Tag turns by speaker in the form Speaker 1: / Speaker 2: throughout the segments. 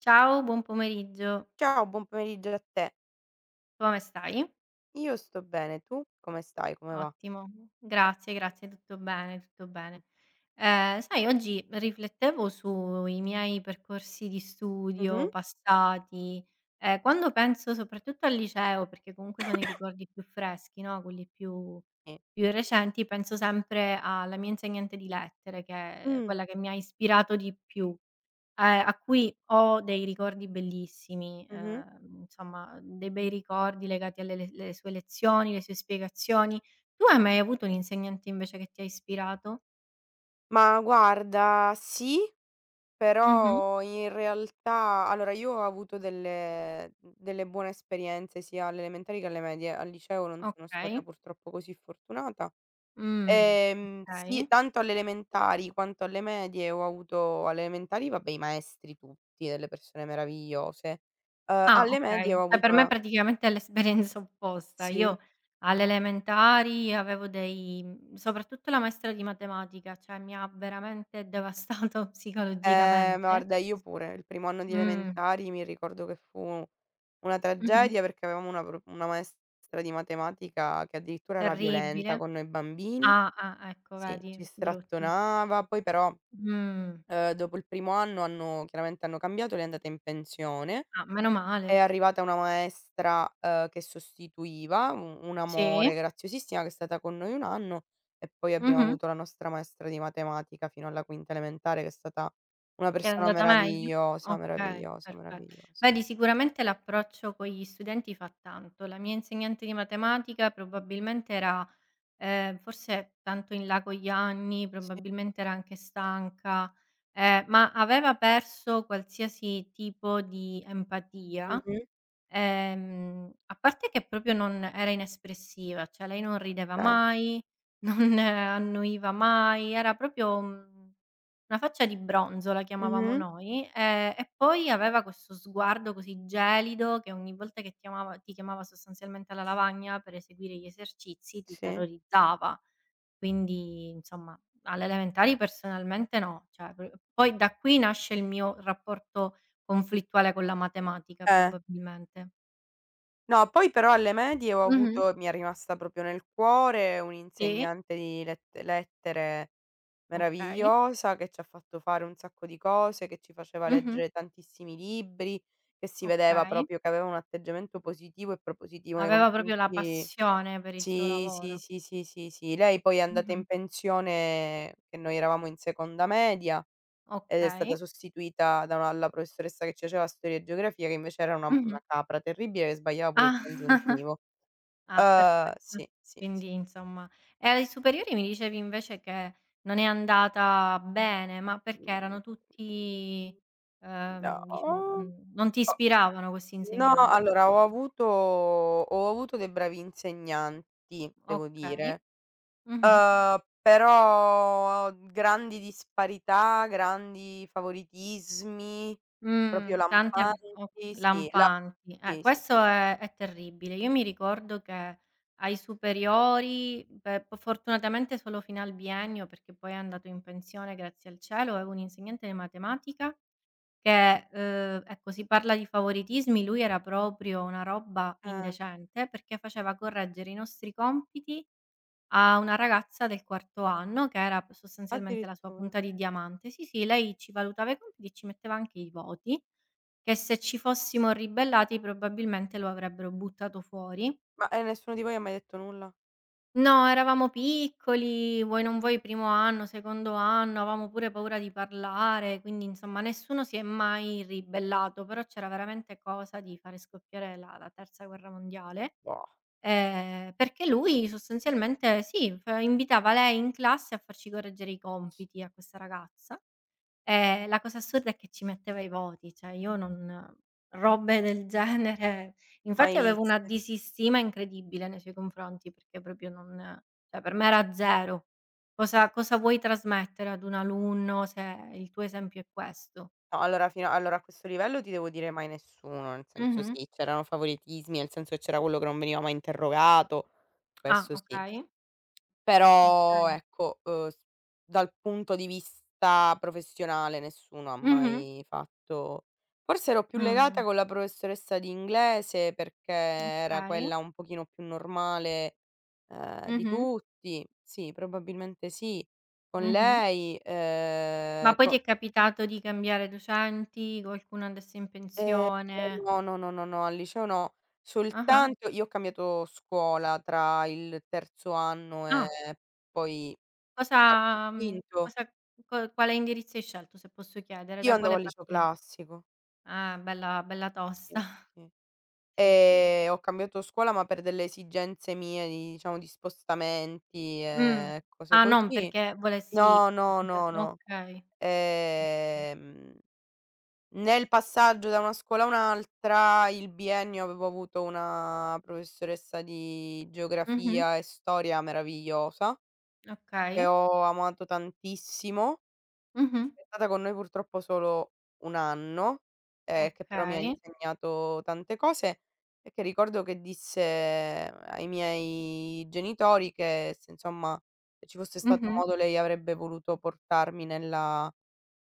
Speaker 1: Ciao, buon pomeriggio.
Speaker 2: Ciao, buon pomeriggio a te.
Speaker 1: Come stai?
Speaker 2: Io sto bene, tu come stai? Come va?
Speaker 1: Ottimo. Grazie, grazie, tutto bene, tutto
Speaker 2: Mh.
Speaker 1: bene. Sai oggi riflettevo sui miei percorsi di studio
Speaker 2: Mh-mh.
Speaker 1: passati, quando penso soprattutto al liceo, perché comunque sono i ricordi più freschi, no, quelli più
Speaker 2: Sì.
Speaker 1: più recenti, penso sempre alla mia insegnante di lettere che è
Speaker 2: Mh.
Speaker 1: quella che mi ha ispirato di più. A cui ho dei ricordi bellissimi,
Speaker 2: Mh-mh.
Speaker 1: insomma dei bei ricordi legati alle le sue lezioni, le sue spiegazioni. Tu hai mai avuto un insegnante invece che ti ha ispirato?
Speaker 2: Ma guarda, sì,
Speaker 1: Mh-mh.
Speaker 2: però in realtà allora io ho avuto delle buone esperienze sia alle elementari che alle medie. Al liceo non sono stata
Speaker 1: Okay.
Speaker 2: purtroppo così fortunata.
Speaker 1: Mh.
Speaker 2: Sì,
Speaker 1: Okay.
Speaker 2: tanto alle elementari quanto alle medie ho avuto alle elementari vabbè i maestri tutti, delle persone meravigliose.
Speaker 1: Ah,
Speaker 2: Alle
Speaker 1: okay.
Speaker 2: medie ho
Speaker 1: Cioè
Speaker 2: avuto
Speaker 1: per me
Speaker 2: una.
Speaker 1: praticamente è l'esperienza opposta. Io
Speaker 2: Sì.
Speaker 1: alle elementari avevo dei soprattutto la maestra di matematica, cioè mi ha veramente devastato
Speaker 2: Ma
Speaker 1: psicologicamente.
Speaker 2: guarda, io pure. Il primo anno di
Speaker 1: Mh.
Speaker 2: elementari mi ricordo che fu una
Speaker 1: Mh-mh.
Speaker 2: tragedia perché avevamo una maestra di matematica che addirittura era
Speaker 1: Terribile.
Speaker 2: violenta con noi bambini.
Speaker 1: Ah, ah, ecco
Speaker 2: Sì,
Speaker 1: vedi,
Speaker 2: ci
Speaker 1: brutto.
Speaker 2: strattonava. Poi però,
Speaker 1: Mh.
Speaker 2: dopo il primo anno hanno chiaramente hanno cambiato, lei è andata in pensione.
Speaker 1: Ah, meno
Speaker 2: È
Speaker 1: male.
Speaker 2: arrivata una maestra, che sostituiva, u un amore
Speaker 1: Sì.
Speaker 2: graziosissima che è stata con noi 1 anno e poi abbiamo
Speaker 1: Mh-mh.
Speaker 2: avuto la nostra maestra di matematica fino alla quinta elementare che è stata una
Speaker 1: Ti è
Speaker 2: persona
Speaker 1: andata meglio?
Speaker 2: meravigliosa,
Speaker 1: Okay,
Speaker 2: meravigliosa,
Speaker 1: perfetto.
Speaker 2: meravigliosa.
Speaker 1: Vedi sicuramente l'approccio con gli studenti fa tanto. La mia insegnante di matematica probabilmente era, forse tanto in là con gli anni,
Speaker 2: Sì.
Speaker 1: probabilmente era anche stanca, ma aveva perso qualsiasi tipo di empatia.
Speaker 2: Mh-mh.
Speaker 1: A parte che proprio non era inespressiva, cioè lei non rideva
Speaker 2: Okay.
Speaker 1: mai, non annuiva mai, era proprio, una faccia di bronzo la chiamavamo
Speaker 2: Mh-mh.
Speaker 1: noi, e poi aveva questo sguardo così gelido che, ogni volta che chiamava, ti chiamava sostanzialmente alla lavagna per eseguire gli esercizi ti
Speaker 2: Sì.
Speaker 1: terrorizzava. Quindi insomma alle elementari personalmente no, cioè p poi da qui nasce il mio rapporto conflittuale con la matematica
Speaker 2: Eh.
Speaker 1: probabilmente.
Speaker 2: No, poi però alle medie ho
Speaker 1: Mh-mh.
Speaker 2: avuto mi è rimasta proprio nel cuore
Speaker 1: Sì,
Speaker 2: un'insegnante di lettere
Speaker 1: okay.
Speaker 2: meravigliosa, che ci ha fatto fare un sacco di cose, che ci faceva
Speaker 1: Mh-mh.
Speaker 2: leggere tantissimi libri, che si vedeva
Speaker 1: Okay.
Speaker 2: proprio che aveva un atteggiamento positivo e propositivo nei
Speaker 1: Aveva proprio la
Speaker 2: confronti.
Speaker 1: passione per il suo
Speaker 2: Sì, sì,
Speaker 1: lavoro.
Speaker 2: sì, sì, sì, sì. Lei poi è andata in
Speaker 1: Mh-mh.
Speaker 2: pensione che noi eravamo in seconda media ed è
Speaker 1: Okay.
Speaker 2: stata sostituita da una la professoressa che ci faceva storia e geografia, che invece era una
Speaker 1: Mh-mh.
Speaker 2: una capra terribile che sbagliava pure il
Speaker 1: Ah.
Speaker 2: congiuntivo.
Speaker 1: Ah, perfetto.
Speaker 2: Sì, sì, sì,
Speaker 1: Quindi
Speaker 2: sì.
Speaker 1: insomma e ai superiori mi dicevi invece che non è andata bene, ma perché erano tutti,
Speaker 2: Mhmm,
Speaker 1: diciamo,
Speaker 2: no.
Speaker 1: non ti ispiravano questi
Speaker 2: No,
Speaker 1: insegnanti?
Speaker 2: allora ho avuto dei bravi insegnanti, devo
Speaker 1: Okay.
Speaker 2: dire,
Speaker 1: Mh-mh.
Speaker 2: però grandi disparità, grandi favoritismi, proprio
Speaker 1: Tante v o
Speaker 2: lampanti, sì, la
Speaker 1: lampanti. Eh,
Speaker 2: sì, sì,
Speaker 1: questo
Speaker 2: sì.
Speaker 1: è è terribile. Io mi ricordo che ai superiori, beh, po fortunatamente solo fino al biennio, perché poi è andato in pensione grazie al cielo, avevo un insegnante di matematica che, ecco si parla di favoritismi, lui era proprio una roba
Speaker 2: Eh,
Speaker 1: indecente, perché faceva correggere i nostri compiti a una ragazza del quarto anno, che era p sostanzialmente la sua
Speaker 2: addirittura.
Speaker 1: punta di diamante. Sì, sì, lei ci valutava i compiti e ci metteva anche i voti, che se ci fossimo ribellati probabilmente lo avrebbero buttato fuori.
Speaker 2: Ma e nessuno di voi ha mai detto nulla?
Speaker 1: No, eravamo piccoli, vuoi non vuoi primo anno, secondo anno, avevamo pure paura di parlare, quindi insomma nessuno si è mai ribellato, però c'era veramente cosa di fare scoppiare la terza guerra mondiale.
Speaker 2: Boh,
Speaker 1: Perché lui sostanzialmente sì, f invitava lei in classe a farci correggere i compiti a questa ragazza, e la cosa assurda è che ci metteva i voti, cioè io non robe del genere
Speaker 2: mai
Speaker 1: infatti avevo una
Speaker 2: viste.
Speaker 1: disistima incredibile nei suoi confronti, perché proprio non cioè per me era 0. Cosa vuoi trasmettere ad un alunno se il tuo esempio è questo?
Speaker 2: No, allora a questo livello ti devo dire mai nessuno, nel senso
Speaker 1: Mh-mh.
Speaker 2: sì, c'erano favoritismi, nel senso che c'era quello che non veniva mai interrogato,
Speaker 1: Ah,
Speaker 2: questo sì.
Speaker 1: okay.
Speaker 2: Però
Speaker 1: Okay.
Speaker 2: ecco, s dal punto di vista professionale nessuno ha
Speaker 1: Mh-mh.
Speaker 2: mai fatto. Forse ero più legata
Speaker 1: Mh.
Speaker 2: con la professoressa di inglese perché era
Speaker 1: Okay.
Speaker 2: quella un pochino più normale, di
Speaker 1: Mh-mh.
Speaker 2: tutti. Sì, probabilmente sì. Con
Speaker 1: Mh-mh.
Speaker 2: lei,
Speaker 1: Ma poi ti
Speaker 2: co
Speaker 1: è capitato di cambiare docenti? Qualcuno andasse in
Speaker 2: ehm,
Speaker 1: pensione?
Speaker 2: no, no, no, no, no, al liceo no.
Speaker 1: Ah-ah.
Speaker 2: Soltanto io ho cambiato scuola tra il terzo anno e
Speaker 1: Ah,
Speaker 2: poi quarto e
Speaker 1: cosa mhmm,
Speaker 2: quinto.
Speaker 1: cosa co quale indirizzo hai scelto, se posso chiedere?
Speaker 2: Io
Speaker 1: Da
Speaker 2: andavo
Speaker 1: quale
Speaker 2: al liceo
Speaker 1: partivi?
Speaker 2: classico,
Speaker 1: Ah, bella bella tosta.
Speaker 2: sì, sì.
Speaker 1: Sì, sì.
Speaker 2: E ho cambiato scuola, ma per delle esigenze mie di diciamo di spostamenti
Speaker 1: Mh.
Speaker 2: e cose
Speaker 1: Ah, non
Speaker 2: così.
Speaker 1: perché volessi
Speaker 2: No, no, no, no.
Speaker 1: okay.
Speaker 2: Ehm, Nel passaggio da una scuola a un'altra, il biennio avevo avuto una professoressa di
Speaker 1: Mh-mh.
Speaker 2: geografia e storia meravigliosa,
Speaker 1: Okay.
Speaker 2: che ho amato tantissimo.
Speaker 1: Mh-mh.
Speaker 2: È stata con noi purtroppo solo 1 anno, che però mi ha
Speaker 1: Okay.
Speaker 2: insegnato tante cose e che ricordo che disse ai miei genitori che se insomma, se ci fosse stato
Speaker 1: Mh-mh.
Speaker 2: modo lei avrebbe voluto portarmi nella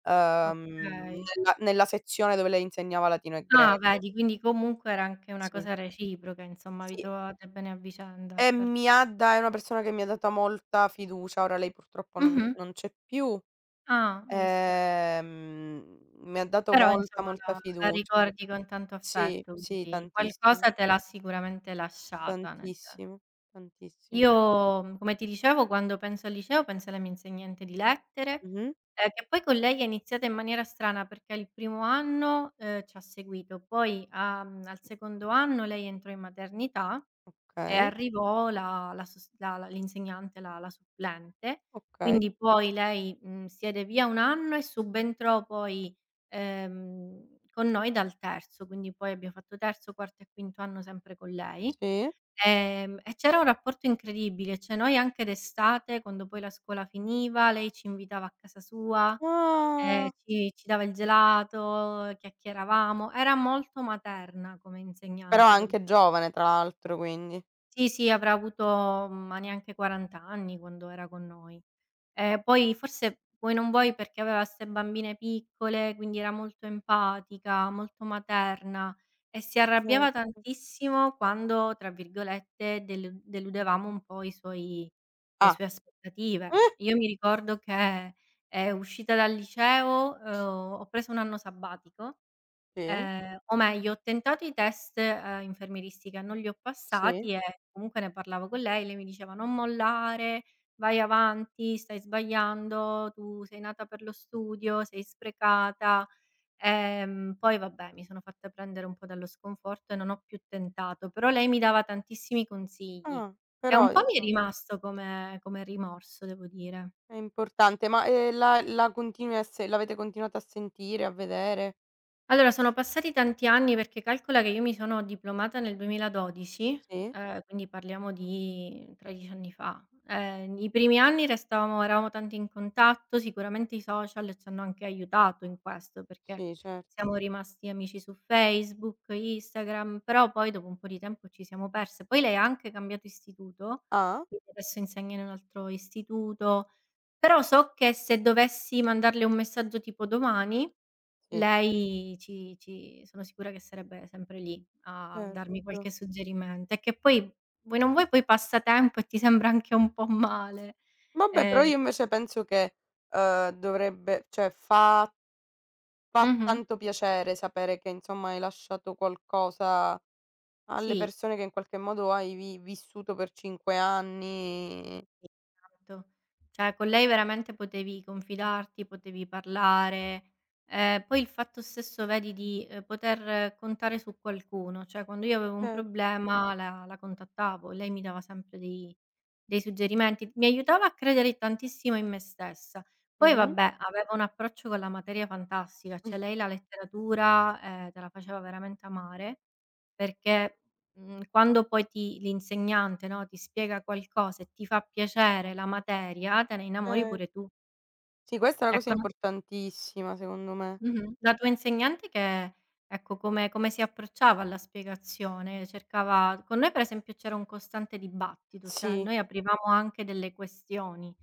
Speaker 2: ehm,
Speaker 1: Okay.
Speaker 2: nella nella sezione dove lei insegnava latino e
Speaker 1: Ah,
Speaker 2: greco.
Speaker 1: vedi, quindi comunque era anche una
Speaker 2: Sì,
Speaker 1: cosa reciproca, insomma, vi
Speaker 2: sì.
Speaker 1: trovavate bene a vicenda.
Speaker 2: E
Speaker 1: Per
Speaker 2: mi ha da È una persona che mi ha data molta fiducia. Ora lei purtroppo non
Speaker 1: Mh-mh.
Speaker 2: non c'è più.
Speaker 1: Ah, mi dispiace.
Speaker 2: Mi ha dato
Speaker 1: Però
Speaker 2: molta,
Speaker 1: insomma
Speaker 2: molta
Speaker 1: la
Speaker 2: fiducia.
Speaker 1: ricordi con tanto
Speaker 2: Sì,
Speaker 1: affetto,
Speaker 2: sì,
Speaker 1: quindi
Speaker 2: tantissimo,
Speaker 1: qualcosa te l'ha sicuramente lasciata. Nel
Speaker 2: tantissimo, tantissimo.
Speaker 1: Io, come ti dicevo, quando penso al liceo penso alla mia insegnante di lettere,
Speaker 2: Mh-mh.
Speaker 1: che poi con lei è iniziata in maniera strana perché il primo anno, ci ha seguito, poi al secondo anno lei entrò in maternità. E
Speaker 2: Okay,
Speaker 1: arrivò la la sos la la l'insegnante, la supplente,
Speaker 2: okay,
Speaker 1: quindi poi lei, siede via un anno e subentrò poi, con noi dal terzo, quindi poi abbiamo fatto terzo, quarto e quinto anno sempre con lei.
Speaker 2: sì.
Speaker 1: E c'era un rapporto incredibile, cioè noi anche d'estate, quando poi la scuola finiva, lei ci invitava a casa sua,
Speaker 2: Ah!
Speaker 1: ci dava il gelato, chiacchieravamo, era molto materna come
Speaker 2: Però
Speaker 1: insegnante devo.
Speaker 2: anche giovane tra l'altro quindi.
Speaker 1: Sì, sì, avrà avuto, ma neanche 40 anni quando era con noi. Poi forse vuoi non vuoi perché aveva 'ste bambine piccole, quindi era molto empatica, molto materna e si arrabbiava
Speaker 2: Certo.
Speaker 1: tantissimo quando, tra virgolette, deludevamo un po' i suoi le
Speaker 2: Ah,
Speaker 1: sue aspettative.
Speaker 2: eh?
Speaker 1: Io mi ricordo che, uscita dal liceo, ho preso un anno sabbatico.
Speaker 2: Sì,
Speaker 1: O meglio, ho tentato i test, infermieristica, non li ho
Speaker 2: sì.
Speaker 1: passati e comunque ne parlavo con lei, lei mi diceva: "Non mollare, vai avanti, stai sbagliando, tu sei nata per lo studio, sei sprecata". Poi vabbè, mi sono fatta prendere un po' dallo sconforto e non ho più tentato, però lei mi dava tantissimi consigli
Speaker 2: Ah,
Speaker 1: e un
Speaker 2: però
Speaker 1: po' mi è
Speaker 2: dico
Speaker 1: rimasto come rimorso, devo dire.
Speaker 2: è importante. Ma, la la continui a se l'avete continuato a sentire, a vedere?
Speaker 1: Allora, sono passati tanti anni perché calcola che io mi sono diplomata nel 2012,
Speaker 2: Sì?
Speaker 1: quindi parliamo di 13 anni fa. I primi anni restavamo eravamo tanto in contatto, sicuramente i social ci hanno anche aiutato in questo, perché
Speaker 2: Sì, cer
Speaker 1: siamo rimasti amici su Facebook, Instagram, però poi dopo un po' di tempo ci siamo perse. Poi lei ha anche cambiato istituto,
Speaker 2: ah?
Speaker 1: quindi adesso insegna in un altro istituto, però so che se dovessi mandarle un messaggio tipo domani
Speaker 2: Sì,
Speaker 1: lei ci sono sicura che sarebbe sempre lì a darmi, mh-mh,
Speaker 2: certo.
Speaker 1: qualche suggerimento e che poi, vuoi non vuoi, poi passa tempo e ti sembra anche un po' male.
Speaker 2: Vabbè, però
Speaker 1: Ehm
Speaker 2: io invece penso che, dovrebbe cioè fa Fa
Speaker 1: mh-mh,
Speaker 2: tanto piacere sapere che insomma hai lasciato qualcosa alle
Speaker 1: sì.
Speaker 2: persone che in qualche modo hai vi vissuto per 5 anni.
Speaker 1: Esatto. Cioè con lei veramente potevi confidarti, potevi parlare. Poi il fatto stesso vedi di, poter contare su qualcuno, cioè quando io avevo un
Speaker 2: Cer
Speaker 1: problema la contattavo e lei mi dava sempre dei suggerimenti, mi aiutava a credere tantissimo in me stessa. Poi
Speaker 2: Mh-mh.
Speaker 1: vabbè, aveva un approccio con la materia fantastica, cioè lei la letteratura, te la faceva veramente amare perché quando poi ti l'insegnante, no, ti spiega qualcosa e ti fa piacere la materia, te ne innamori
Speaker 2: Cer
Speaker 1: pure tu.
Speaker 2: Sì, questa è una cosa
Speaker 1: Ecco, no
Speaker 2: importantissima secondo me.
Speaker 1: mh-mh, la tua insegnante che ecco, come si approcciava alla spiegazione? Cercava con noi per esempio c'era un costante dibattito, cioè
Speaker 2: Sì,
Speaker 1: noi aprivamo anche delle questioni,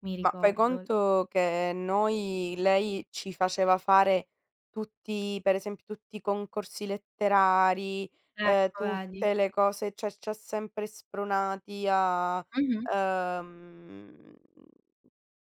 Speaker 1: mi
Speaker 2: ma fai
Speaker 1: ricordo.
Speaker 2: conto che noi lei ci faceva fare tutti per esempio tutti i concorsi letterari,
Speaker 1: Ecco, vedi.
Speaker 2: tutte le cose, cioè ci ha sempre spronati a,
Speaker 1: Mh-mh,
Speaker 2: ehm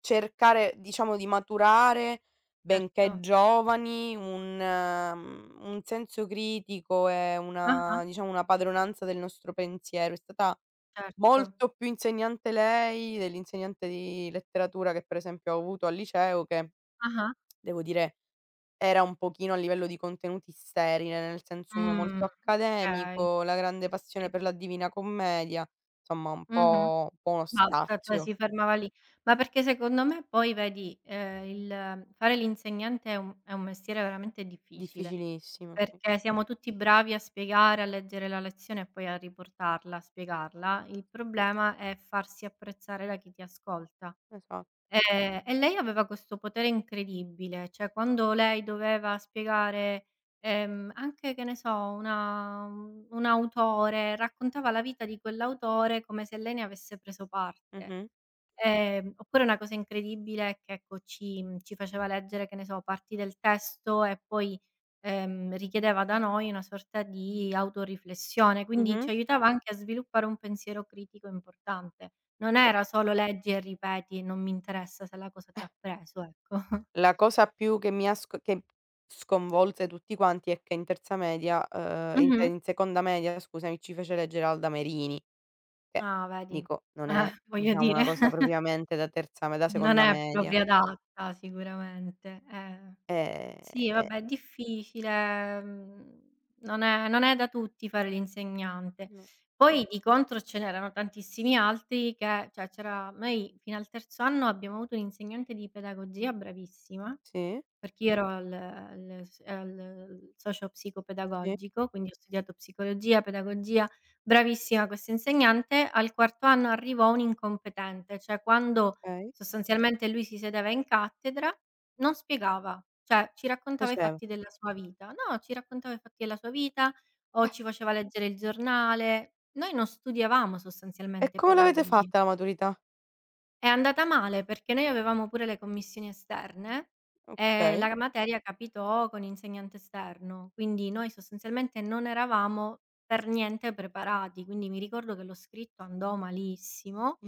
Speaker 2: Cercare, diciamo, di maturare, benché
Speaker 1: certo.
Speaker 2: giovani, un senso critico e
Speaker 1: Ah-ah,
Speaker 2: una diciamo, una padronanza del nostro pensiero. È stata
Speaker 1: certo.
Speaker 2: molto più insegnante lei dell'insegnante di letteratura che per esempio ho avuto al liceo che,
Speaker 1: Ah-ah.
Speaker 2: devo dire, era un pochino a livello di contenuti sterile, nel senso uno
Speaker 1: Mh,
Speaker 2: molto
Speaker 1: okay.
Speaker 2: accademico, la grande
Speaker 1: Sì.
Speaker 2: passione per la Divina Commedia, insomma
Speaker 1: Mh-mh.
Speaker 2: un po' uno
Speaker 1: Basta, cioè
Speaker 2: strazio.
Speaker 1: si fermava lì. Ma perché secondo me poi vedi, il fare l'insegnante è un mestiere veramente difficile,
Speaker 2: Difficilissimo, sì.
Speaker 1: perché siamo tutti bravi a spiegare, a leggere la lezione e poi a riportarla, a spiegarla. Il problema è farsi apprezzare da chi ti ascolta.
Speaker 2: Esa
Speaker 1: E lei aveva questo potere incredibile, cioè quando lei doveva spiegare, anche, che ne so, una un autore, raccontava la vita di quell'autore come se lei ne avesse preso parte.
Speaker 2: Mh-mh.
Speaker 1: Oppure una cosa incredibile è che ecco ci faceva leggere, che ne so, parti del testo e poi, richiedeva da noi una sorta di autoriflessione, quindi
Speaker 2: Mh-mh.
Speaker 1: ci aiutava anche a sviluppare un pensiero critico importante. Non era solo leggi e ripeti e non mi interessa se la cosa ti ha preso, ecco.
Speaker 2: La cosa più che mi ha sc che sconvolse tutti quanti è che in terza media
Speaker 1: Mh-mh.
Speaker 2: in seconda media scusami, ci fece leggere Alda Merini, che
Speaker 1: Ah, vedi.
Speaker 2: dico non è,
Speaker 1: Voglio
Speaker 2: diciamo,
Speaker 1: dire,
Speaker 2: una cosa propriamente da terza me da
Speaker 1: non
Speaker 2: seconda
Speaker 1: è
Speaker 2: media.
Speaker 1: proprio adatta sicuramente, eh.
Speaker 2: Ehm,
Speaker 1: Sì,
Speaker 2: e
Speaker 1: vabbè è difficile, non è da tutti fare l'insegnante.
Speaker 2: No.
Speaker 1: Poi di contro ce n'erano tantissimi altri che cioè c'era noi fino al terzo anno abbiamo avuto un'insegnante di pedagogia bravissima
Speaker 2: Sì,
Speaker 1: perché io ero al socio
Speaker 2: sì,
Speaker 1: psicopedagogico, quindi ho studiato psicologia, pedagogia, bravissima questa insegnante. Al quarto anno arrivò un incompetente, cioè quando
Speaker 2: okay.
Speaker 1: sostanzialmente lui si sedeva in cattedra non spiegava, cioè ci
Speaker 2: Che
Speaker 1: raccontava i
Speaker 2: faceva?
Speaker 1: fatti della sua vita. No, ci raccontava i fatti della sua vita o
Speaker 2: Beh,
Speaker 1: ci faceva leggere il giornale. Noi non studiavamo
Speaker 2: e
Speaker 1: sostanzialmente
Speaker 2: come l'avete
Speaker 1: pedagogia.
Speaker 2: fatta la maturità?
Speaker 1: È andata male perché noi avevamo pure le commissioni esterne e
Speaker 2: Okay.
Speaker 1: la materia capitò con insegnante esterno, quindi noi sostanzialmente non eravamo per niente preparati, quindi mi ricordo che lo scritto andò malissimo,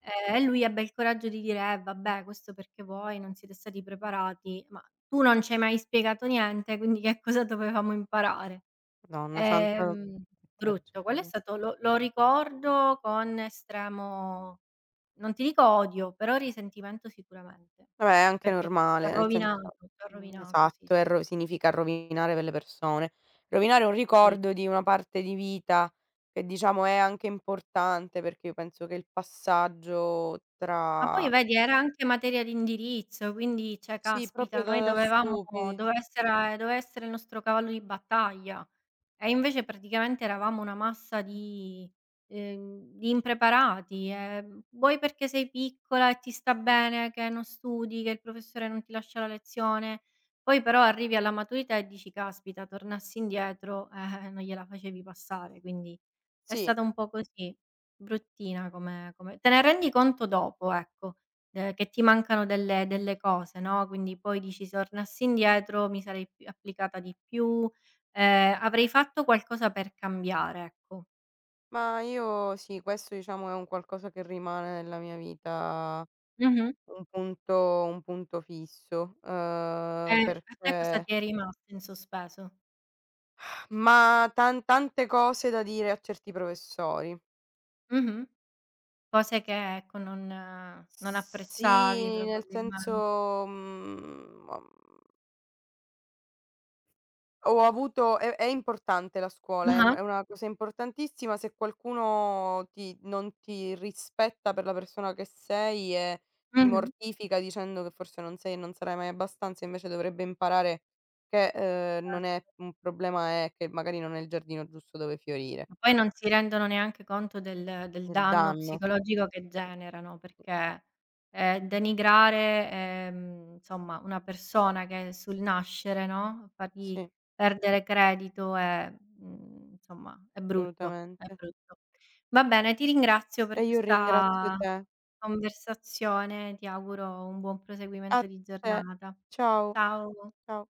Speaker 1: e lui ebbe il coraggio di dire: "Eh vabbè, questo perché voi non siete stati preparati, ma tu non ci hai mai spiegato niente, quindi che cosa dovevamo imparare?"
Speaker 2: Madonna santa,
Speaker 1: Ehm,
Speaker 2: che
Speaker 1: brutto, quello è
Speaker 2: tragedia.
Speaker 1: stato lo ricordo con estremo non ti dico odio, però risentimento sicuramente,
Speaker 2: Vabbè, è anche
Speaker 1: perché
Speaker 2: normale, nel senso
Speaker 1: t'ha rovinato, sì,
Speaker 2: esatto, e
Speaker 1: sì,
Speaker 2: ro significa rovinare delle persone. Rovinare un
Speaker 1: sì.
Speaker 2: ricordo di una parte di vita che diciamo è anche importante, perché io penso che il passaggio
Speaker 1: Ma poi
Speaker 2: tra.
Speaker 1: vedi era anche materia di indirizzo, quindi cioè
Speaker 2: Sì,
Speaker 1: caspita,
Speaker 2: proprio da
Speaker 1: noi
Speaker 2: da
Speaker 1: dovevamo
Speaker 2: stupidi.
Speaker 1: doveva essere doveva essere il nostro cavallo di battaglia. E invece praticamente eravamo una massa di impreparati, vuoi perché sei piccola e ti sta bene che non studi, che il professore non ti lascia la lezione, poi però arrivi alla maturità e dici: "Caspita, tornassi indietro, non gliela facevi passare". Quindi è
Speaker 2: Sì,
Speaker 1: stata un po' così, bruttina come te ne rendi conto dopo, ecco, che ti mancano delle cose, no, quindi poi dici: "Se tornassi indietro mi sarei pi applicata di più, Avrei fatto qualcosa per cambiare, ecco.
Speaker 2: ma io sì, questo diciamo è un qualcosa che rimane nella mia vita
Speaker 1: Mh-mh.
Speaker 2: un punto un punto fisso,
Speaker 1: A te cosa
Speaker 2: perché
Speaker 1: ti è rimasto in sospeso?
Speaker 2: tante cose da dire a certi professori.
Speaker 1: Mh-mh. Cose che ecco non apprezzavi
Speaker 2: Sì, nel senso,
Speaker 1: probabilmen
Speaker 2: ho ho avuto è importante la scuola,
Speaker 1: ah-ah,
Speaker 2: è una cosa importantissima se qualcuno ti non ti rispetta per la persona che sei e ti
Speaker 1: mh-mh,
Speaker 2: mortifica dicendo che forse non sei e non sarai mai abbastanza, invece dovrebbe imparare che,
Speaker 1: cer
Speaker 2: non è un problema, è che magari non è il giardino giusto dove fiorire.
Speaker 1: ma poi non si rendono neanche conto del
Speaker 2: Del
Speaker 1: danno
Speaker 2: danno.
Speaker 1: psicologico che
Speaker 2: Sì,
Speaker 1: generano,
Speaker 2: sì,
Speaker 1: perché, denigrare, insomma, una persona che è sul nascere, no, fargli
Speaker 2: sì,
Speaker 1: perdere credito è insomma, è brutto, è
Speaker 2: assolutamente.
Speaker 1: brutto. Va bene, ti ringrazio
Speaker 2: E
Speaker 1: per
Speaker 2: io ringrazio
Speaker 1: questa
Speaker 2: te.
Speaker 1: conversazione, ti auguro un buon
Speaker 2: A
Speaker 1: proseguimento di
Speaker 2: te.
Speaker 1: giornata.
Speaker 2: Ciao,
Speaker 1: Ciao.
Speaker 2: ciao.